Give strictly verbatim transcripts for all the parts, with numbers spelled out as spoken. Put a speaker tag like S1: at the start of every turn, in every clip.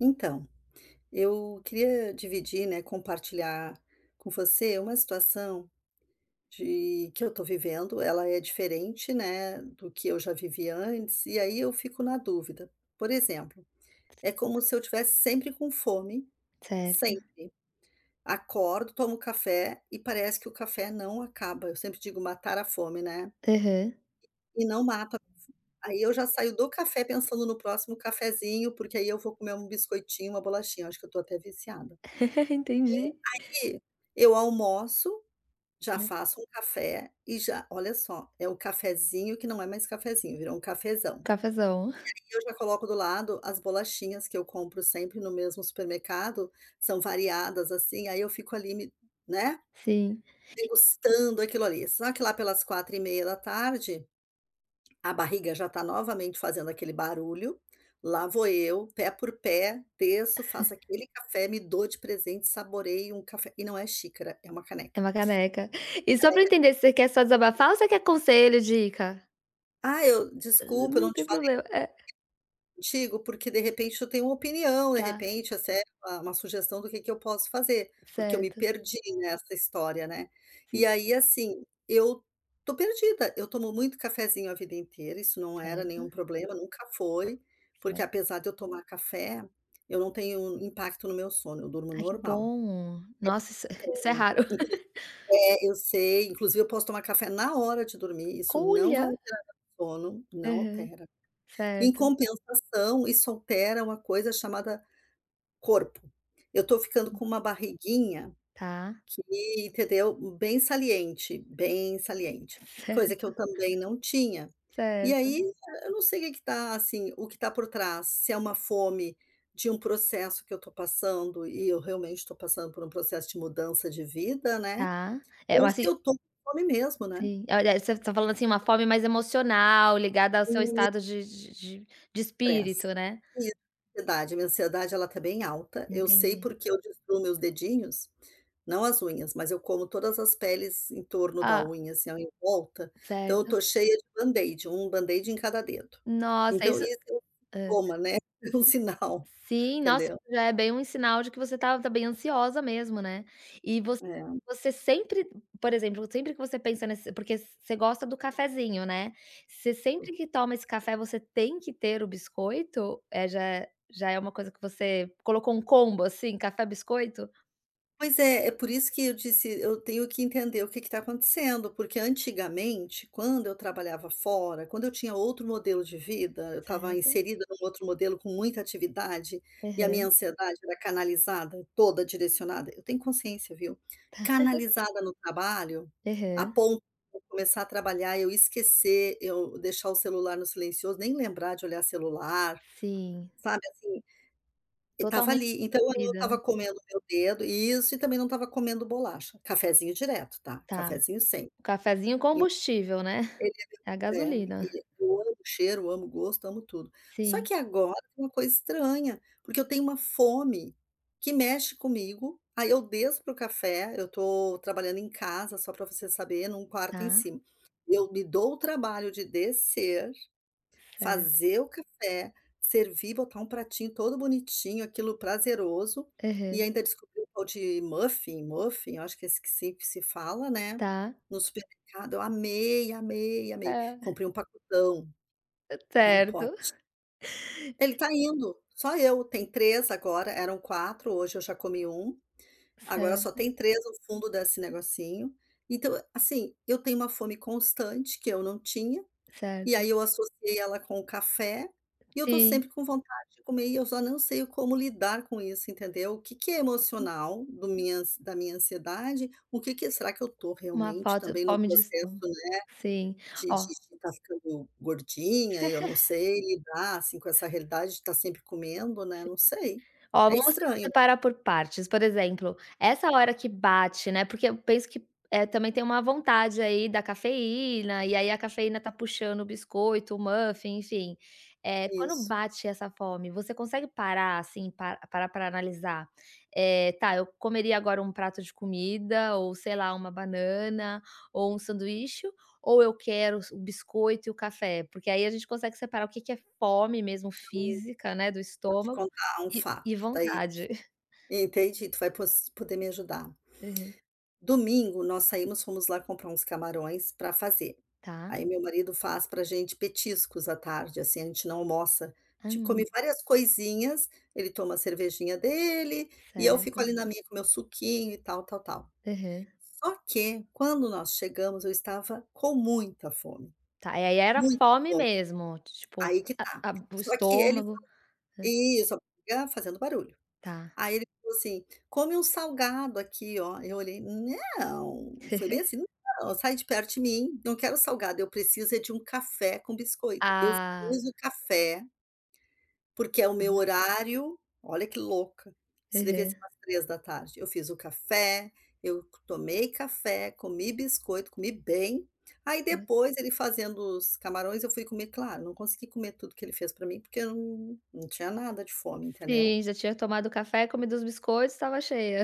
S1: Então, eu queria dividir, né, compartilhar com você uma situação de que eu estou vivendo. Ela é diferente, né, do que eu já vivi antes, e aí eu fico na dúvida. Por exemplo, é como se eu tivesse sempre com fome,
S2: Certo.
S1: sempre. Acordo, tomo café e parece que o café não acaba. Eu sempre digo matar a fome, né?
S2: Aham.
S1: E não mata. Aí eu já saio do café pensando no próximo cafezinho, porque aí eu vou comer um biscoitinho, uma bolachinha. Acho que eu estou até viciada.
S2: Entendi.
S1: Que eu almoço, já
S2: Né.
S1: faço um café e já olha só, é o cafezinho que não é mais cafezinho, virou um cafezão.
S2: Cafezão.
S1: E eu já coloco do lado as bolachinhas que eu compro sempre no mesmo supermercado, são variadas, assim, aí eu fico ali me, né,
S2: Sim,
S1: degustando aquilo ali. Só que lá pelas quatro e meia da tarde, a barriga já está novamente fazendo aquele barulho, lá vou eu, pé por pé, desço, faço aquele café, me dou de presente, saboreio um café e não é xícara, é uma
S2: é
S1: caneca.
S2: uma caneca. E só pra entender, você quer só desabafar ou você quer conselho, dica?
S1: Ah, eu desculpa, eu
S2: Não
S1: não
S2: tem
S1: te falo
S2: problema. É,
S1: contigo, porque de repente eu tenho uma opinião, de
S2: tá,
S1: repente até uma uma sugestão do que que eu posso fazer, porque eu me
S2: certo.
S1: perdi nessa história, né.
S2: Sim,
S1: E aí, assim, eu tô perdida, eu tomo muito cafezinho a vida inteira, isso não era nenhum
S2: certo,
S1: problema, nunca foi, porque
S2: certo.
S1: apesar de eu tomar café, eu não tenho um impacto no meu sono, eu durmo
S2: Ai, que
S1: normal.
S2: bom. Nossa, isso isso é
S1: Tenho
S2: raro.
S1: inclusive é, eu sei, inclusive eu posso tomar café na hora de dormir, isso não vai
S2: Olha!
S1: alterar meu sono, não
S2: Aham.
S1: altera. Em
S2: Certo,
S1: compensação, isso altera uma coisa chamada corpo. Eu estou ficando com uma barriguinha
S2: tá.
S1: que, entendeu, bem saliente, bem saliente, coisa que eu
S2: Certo,
S1: também não tinha. E
S2: certo.
S1: aí, eu não sei o que que tá, assim, o que tá por trás, se é uma fome de um processo que eu estou passando, e eu realmente estou passando por um processo de mudança de vida, né,
S2: Tá. É,
S1: ou
S2: mas
S1: se
S2: assim
S1: eu tô com fome mesmo, né,
S2: sim. Olha, você tá falando, assim, uma fome mais emocional, ligada ao seu estado de de de de
S1: estresse.
S2: espírito, né.
S1: Isso, ansiedade, minha ansiedade ela tá bem alta, eu sei
S2: Entendi.
S1: porque eu destruo meus dedinhos. Não as unhas, mas eu como todas as peles em torno da
S2: ah
S1: unha, assim, ó, em volta, então eu
S2: Certo.
S1: tô cheia de band-aid, um band-aid em cada dedo.
S2: Nossa,
S1: Então
S2: isso
S1: isso é um
S2: hã.
S1: sintoma, né, é um sinal,
S2: Sim, nossa,
S1: entendeu?
S2: isso já é bem um sinal de que você tá tá bem ansiosa mesmo, né. E você
S1: É.
S2: você sempre, por exemplo, sempre que você pensa nesse, porque você gosta do cafezinho, né. Você, sempre que toma esse café, você tem que ter o biscoito? Eh, já é, já é uma coisa que você colocou um combo, assim, café-biscoito?
S1: Pois é, é por isso que eu disse, eu tenho que entender o que está acontecendo, porque antigamente, quando eu trabalhava fora, quando eu tinha outro modelo de vida, eu estava
S2: Certo.
S1: inserida num outro modelo com muita atividade e a minha
S2: Aham,
S1: ansiedade era canalizada, toda direcionada. Eu tenho consciência, viu? Canalizada no trabalho, a
S2: aham.
S1: ponto de eu começar a trabalhar, eu esquecer, eu deixar o celular no silencioso, nem lembrar de olhar celular,
S2: Sim,
S1: sabe assim? Estava
S2: totalmente
S1: ali, então eu não
S2: absorvida,
S1: estava
S2: né.
S1: comendo meu dedo isso, e também não estava comendo bolacha. Cafezinho direto, tá,
S2: Tá.
S1: cafezinho sempre.
S2: O cafezinho
S1: E
S2: combustível, né.
S1: ele
S2: É a
S1: é,
S2: gasolina.
S1: e eu amo o cheiro, amo o gosto, amo tudo. Só
S2: Sim,
S1: que agora tem uma coisa estranha, porque eu tenho uma fome que mexe comigo, aí eu desço para o café, eu estou trabalhando em casa, só para você saber, num quarto em
S2: tá.
S1: cima. Eu me dou o trabalho de descer,
S2: Certo.
S1: fazer o café, servir, botar um pratinho todo bonitinho, aquilo prazeroso, e
S2: Aham.
S1: ainda descobri o tal de muffin muffin, eu acho que é esse que se que se fala, né,
S2: Tá.
S1: no supermercado, eu amei, amei, amei.
S2: Hã.
S1: Comprei um pacotão, é um
S2: Certo,
S1: pote. Ele tá indo, só eu, tem três agora, eram quatro. Hoje eu já comi um. Agora só
S2: certo,
S1: tem três no fundo desse negocinho. Então, assim, eu tenho uma fome constante que eu não tinha. E
S2: certo.
S1: aí eu associei ela com o café, e eu tô
S2: Sim,
S1: sempre com vontade de comer e eu só não sei como lidar com isso, entendeu? O que que é
S2: sim.
S1: emocional do minha ans da minha ansiedade, o que que será que eu tô
S2: Uma
S1: realmente
S2: foto
S1: também no
S2: fome de
S1: processo,
S2: estômago.
S1: né,
S2: Sim.
S1: de
S2: Ó
S1: estar ficando gordinha e eu não sei lidar, assim, com essa realidade de estar sempre comendo, né, não sei.
S2: Ó,
S1: É
S2: vamos
S1: estranho
S2: separar por partes, por exemplo, essa hora que bate, né, porque eu penso que, eh, também tem uma vontade aí da cafeína, e aí a cafeína tá puxando o biscoito, o muffin, enfim. Eh, quando
S1: isso.
S2: bate essa fome, você consegue parar, assim, pa parar para analisar, eh, "Tá, eu comeria agora um prato de comida ou, sei lá, uma banana ou um sanduíche, ou eu quero o biscoito e o café?" Porque aí a gente consegue separar o que que é fome mesmo
S1: Então,
S2: física, né, do
S1: vou te
S2: estômago,
S1: contar um
S2: e
S1: fato,
S2: e
S1: daí
S2: vontade.
S1: entendi, tu vai pos poder me ajudar.
S2: Aham.
S1: Domingo nós saímos, fomos lá comprar uns camarões para fazer.
S2: Tá.
S1: Aí meu marido faz para gente petiscos à tarde, assim, a gente não almoça. A gente come
S2: Hum,
S1: várias coisinhas, ele toma a cervejinha dele e eu fico
S2: certo.
S1: ali na minha com meu suquinho e tal, tal, tal.
S2: Aham.
S1: Só que quando nós chegamos, eu estava com muita fome,
S2: Tá, e aí era
S1: muita
S2: fome
S1: fome,
S2: mesmo, tipo,
S1: aí que
S2: a
S1: tá.
S2: a o
S1: Só que ele,
S2: estômago
S1: isso, a barriga fazendo barulho.
S2: tá.
S1: Aí ele falou assim: "Come um salgado aqui, ó". Eu olhei: "Não", foi bem assim: "Não, sai de perto de mim, não quero salgado, eu preciso é de um café com biscoito". Eu
S2: Ah,
S1: fiz o café, porque é o meu
S2: tá.
S1: horário, olha que louca, isso devia ser
S2: Aham.
S1: umas três da tarde. Eu fiz o café, eu tomei café, comi biscoito, comi bem, aí depois ele fazendo os camarões eu fui comer, claro, não consegui comer tudo que ele fez para mim, porque eu não não tinha nada de fome, entendeu?
S2: Sim, já tinha tomado café, comido os biscoitos, estava cheia.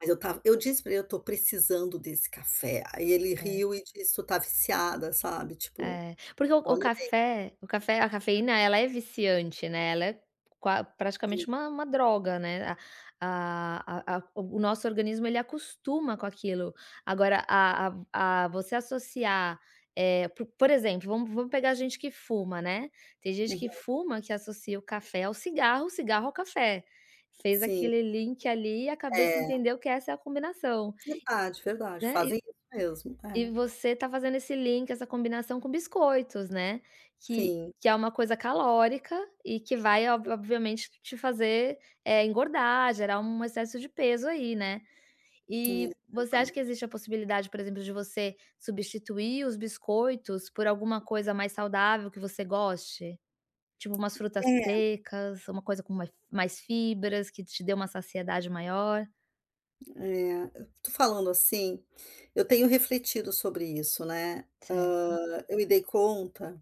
S1: Mas eu tava, eu disse pra ele: "Eu tô precisando desse café". Aí ele
S2: É.
S1: riu e disse: "Tu tá viciada", sabe, tipo,
S2: É, porque o o
S1: olha
S2: café o café a cafeína ela é viciante, né, ela é qua
S1: bem, né.
S2: praticamente uma uma droga, né, a a a a o nosso organismo ele acostuma com aquilo. Agora a a a você associar, eh, po por exemplo, vamos vamos pegar gente que fuma, né, tem gente que
S1: Uhum.
S2: fuma que associa o café ao cigarro, o cigarro ao café. Fez
S1: Sim,
S2: aquele link ali e a cabeça
S1: é,
S2: entendeu que essa é a combinação,
S1: verdade, verdade,
S2: né.
S1: fazem isso mesmo.
S2: E
S1: É,
S2: você tá fazendo esse link, essa combinação com biscoitos, né, que
S1: sim,
S2: que é uma coisa calórica e que vai ob obviamente te fazer, eh, engordar, gerar um excesso de peso aí, né.
S1: é
S2: E você acha
S1: verdade.
S2: que existe a possibilidade, por exemplo, de você substituir os biscoitos por alguma coisa mais saudável que você goste? Tipo umas frutas
S1: É,
S2: secas, uma coisa com mais mais fibras, que te dê uma saciedade maior?
S1: é, falando assim, eu tenho refletido sobre isso, né.
S2: Certo.
S1: Hã, eu me dei conta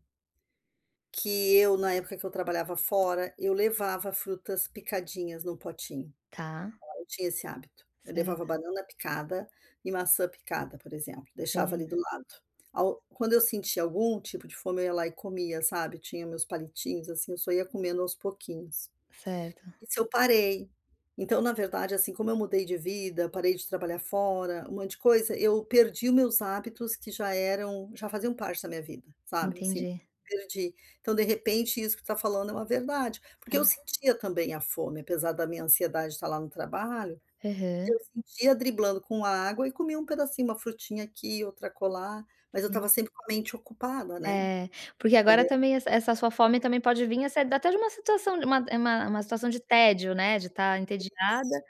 S1: que eu, na época que eu trabalhava fora, eu levava frutas picadinhas num potinho.
S2: Tá,
S1: Eu tinha esse hábito. Eu levava
S2: certo,
S1: banana picada e maçã picada, por exemplo, deixava ali do
S2: beleza.
S1: lado. Ao quando eu sentia algum tipo de fome, eu ia lá e comia, sabe, tinha meus palitinhos, assim, eu só ia comendo aos pouquinhos.
S2: Certo,
S1: Isso eu parei. Então, na verdade, assim, como eu mudei de vida, parei de trabalhar fora, um monte de coisa, eu perdi os meus hábitos que já eram já faziam parte da minha vida, sabe, assim,
S2: entendi.
S1: perdi. Então, de repente, isso que tu tá falando é uma verdade, porque eu sentia também a fome, apesar da minha ansiedade estar lá no trabalho eu
S2: Aham,
S1: sentia driblando com a água e comia um pedacinho, uma frutinha aqui, outra acolá, mas eu
S2: sim.
S1: estava sempre com a mente ocupada, né,
S2: É, porque agora
S1: entendeu?
S2: também essa essa sua fome também pode vir essa até de uma situação de uma, é uma uma situação de tédio, né, de estar entediada,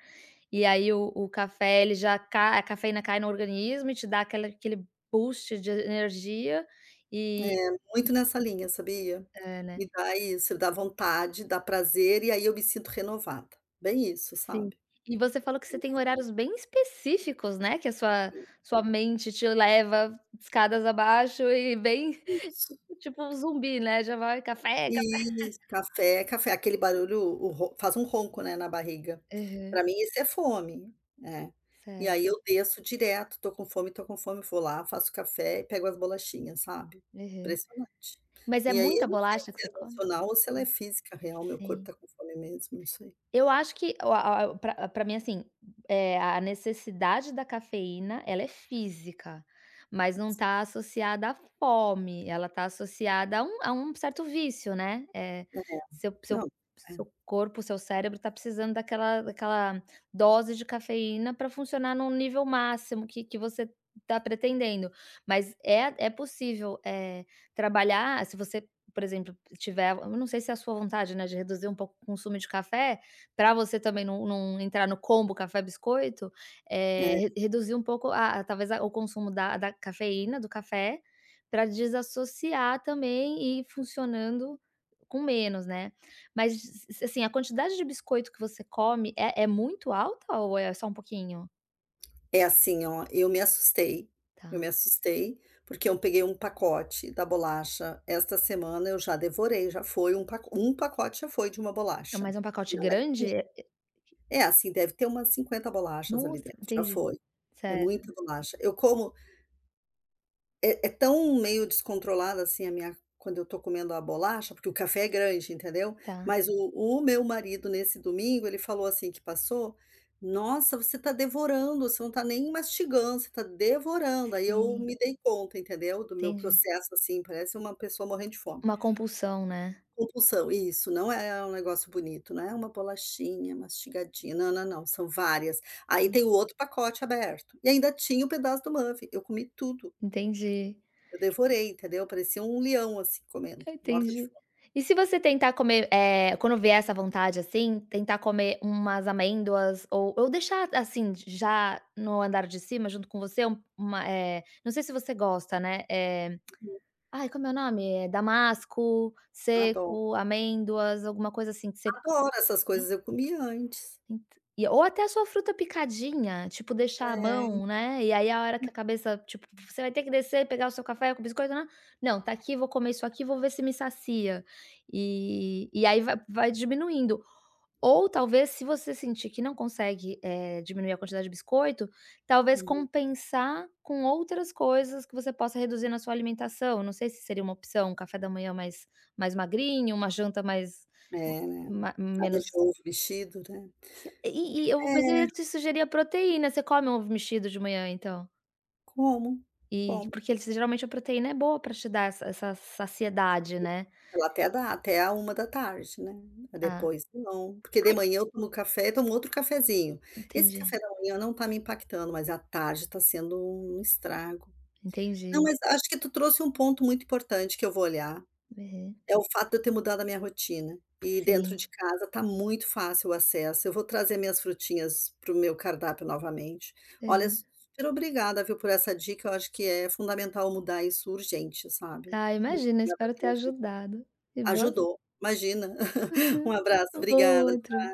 S2: e aí o o café ele já cai a cafeína cai no organismo e te dá aquela aquele boost de energia e
S1: É muito nessa linha, sabia?
S2: é, né,
S1: Me dá isso, dá vontade, dá prazer e aí eu me sinto renovada, bem isso,
S2: sim.
S1: sabe?
S2: E você falou que você
S1: Então,
S2: tem horários bem específicos, né, que a sua
S1: assim,
S2: sua mente te leva escadas abaixo e bem
S1: isso.
S2: tipo um zumbi, né, já vai café, café.
S1: Isso, café, café, aquele barulho, o ro faz um ronco, né, na barriga.
S2: Aham,
S1: Para mim isso é fome, é. E aí
S2: certo.
S1: eu desço direto, tô com fome, tô com fome, vou lá, faço café e pego as bolachinhas, sabe.
S2: Aham.
S1: Impressionante.
S2: Mas é
S1: E aí
S2: muita
S1: eu não sei
S2: bolacha que
S1: se
S2: você
S1: é
S2: come?
S1: emocional ou se ela é física real, meu corpo
S2: Sim.
S1: tá com fome mesmo, não sei.
S2: Eu acho que para a mim, assim, eh, a necessidade da cafeína, ela é física, mas não está associada à fome, ela está associada a um, a um certo vício, né, eh, seu seu
S1: Não,
S2: seu corpo, seu cérebro está precisando daquela daquela dose de cafeína para funcionar num nível máximo que que você está pretendendo. Mas é é possível, eh, trabalhar se você, por exemplo, tiver, eu não sei se é a sua vontade, né, de reduzir um pouco o consumo de café, para você também não não entrar no combo café biscoito,
S1: é,
S2: eh, re
S1: é.
S2: reduzir um pouco a a talvez a o consumo da da cafeína, do café, para desassociar também e ir funcionando com menos, né. Mas s assim, a quantidade de biscoito que você come é é muito alta ou é só um pouquinho?
S1: É assim, ó, eu me assustei, eu me
S2: Tá.
S1: assustei, porque eu peguei um pacote da bolacha esta semana, eu já devorei, já foi um paco um pacote já foi de uma
S2: É
S1: bolacha,
S2: mais um pacote
S1: não é
S2: grande?
S1: pequenininho.
S2: É é
S1: É, assim, deve ter umas cinquenta bolachas ali
S2: nossa,
S1: dentro, já
S2: entendi.
S1: foi, é
S2: Certo,
S1: muita bolacha. Eu como é é tão meio descontrolada, assim, a minha quando eu tô comendo a bolacha, porque o café é grande, entendeu.
S2: tá.
S1: Mas o o meu marido, nesse domingo, ele falou assim que passou: "Nossa, você tá devorando, você não tá nem mastigando, você tá devorando". Aí eu
S2: Sim,
S1: me dei conta, entendeu, do meu
S2: entendi.
S1: processo, assim, parece uma pessoa morrendo de fome.
S2: Uma compulsão, né.
S1: Compulsão, isso, não é um negócio bonito, não é uma bolachinha mastigadinha, não, não, não, são várias. Aí tem o outro pacote aberto, e ainda tinha o pedaço do muffin, eu comi tudo.
S2: Entendi.
S1: Eu devorei, entendeu, parecia um leão, assim, comendo, morta de
S2: Entendi.
S1: fome.
S2: E se você tentar comer, eh, quando vier essa vontade, assim, tentar comer umas amêndoas ou ou deixar, assim, já no andar de cima junto com você um, uma, eh, não sei se você gosta, né, eh, ai, como é o nome? É damasco,
S1: Adoro,
S2: seco, amêndoas, alguma coisa assim que você...
S1: adoro essas coisas, eu comia antes.
S2: Ent E ou até a sua fruta picadinha, tipo, deixar à
S1: É,
S2: mão, né, e aí a hora que a cabeça, tipo, você vai ter que descer, pegar o seu café com biscoito, nã não, tá aqui, vou comer isso aqui, vou ver se me sacia. E e aí vai vai diminuindo. Ou talvez, se você sentir que não consegue, eh, diminuir a quantidade de biscoito, talvez
S1: uhum,
S2: compensar com outras coisas que você possa reduzir na sua alimentação, não sei se seria uma opção, um café da manhã mais mais magrinho, uma janta mais
S1: é, né,
S2: ma
S1: nada de
S2: menos...
S1: ovo mexido, né.
S2: Se e e eu, mas eu ia
S1: É,
S2: te sugerir a proteína, você come um ovo mexido de manhã então?
S1: como,
S2: E
S1: como.
S2: porque eles, geralmente a proteína é boa pra te dar essa essa saciedade, né.
S1: Ela até dá, até a uma da tarde, né,
S2: Ah,
S1: depois não, porque de
S2: ai,
S1: manhã eu tomo café tomo outro cafezinho. Esse
S2: entendi,
S1: café da manhã não tá me impactando, mas à tarde tá sendo um estrago. Não,
S2: entendi.
S1: mas acho que tu trouxe um ponto muito importante que eu vou olhar.
S2: Uhum.
S1: É o fato de eu ter mudado a minha rotina. E dentro
S2: Sim,
S1: de casa tá muito fácil o acesso. Eu vou trazer minhas frutinhas para o meu cardápio novamente. Olha,
S2: uhum.
S1: super obrigada, viu, por essa dica. Eu acho que é fundamental mudar isso urgente, sabe.
S2: Ah,
S1: Muito
S2: imagina,
S1: obrigada
S2: espero ter
S1: mesmo.
S2: ajudado. E você?
S1: Ajudou. Imagina. Um abraço, obrigada.
S2: Outro.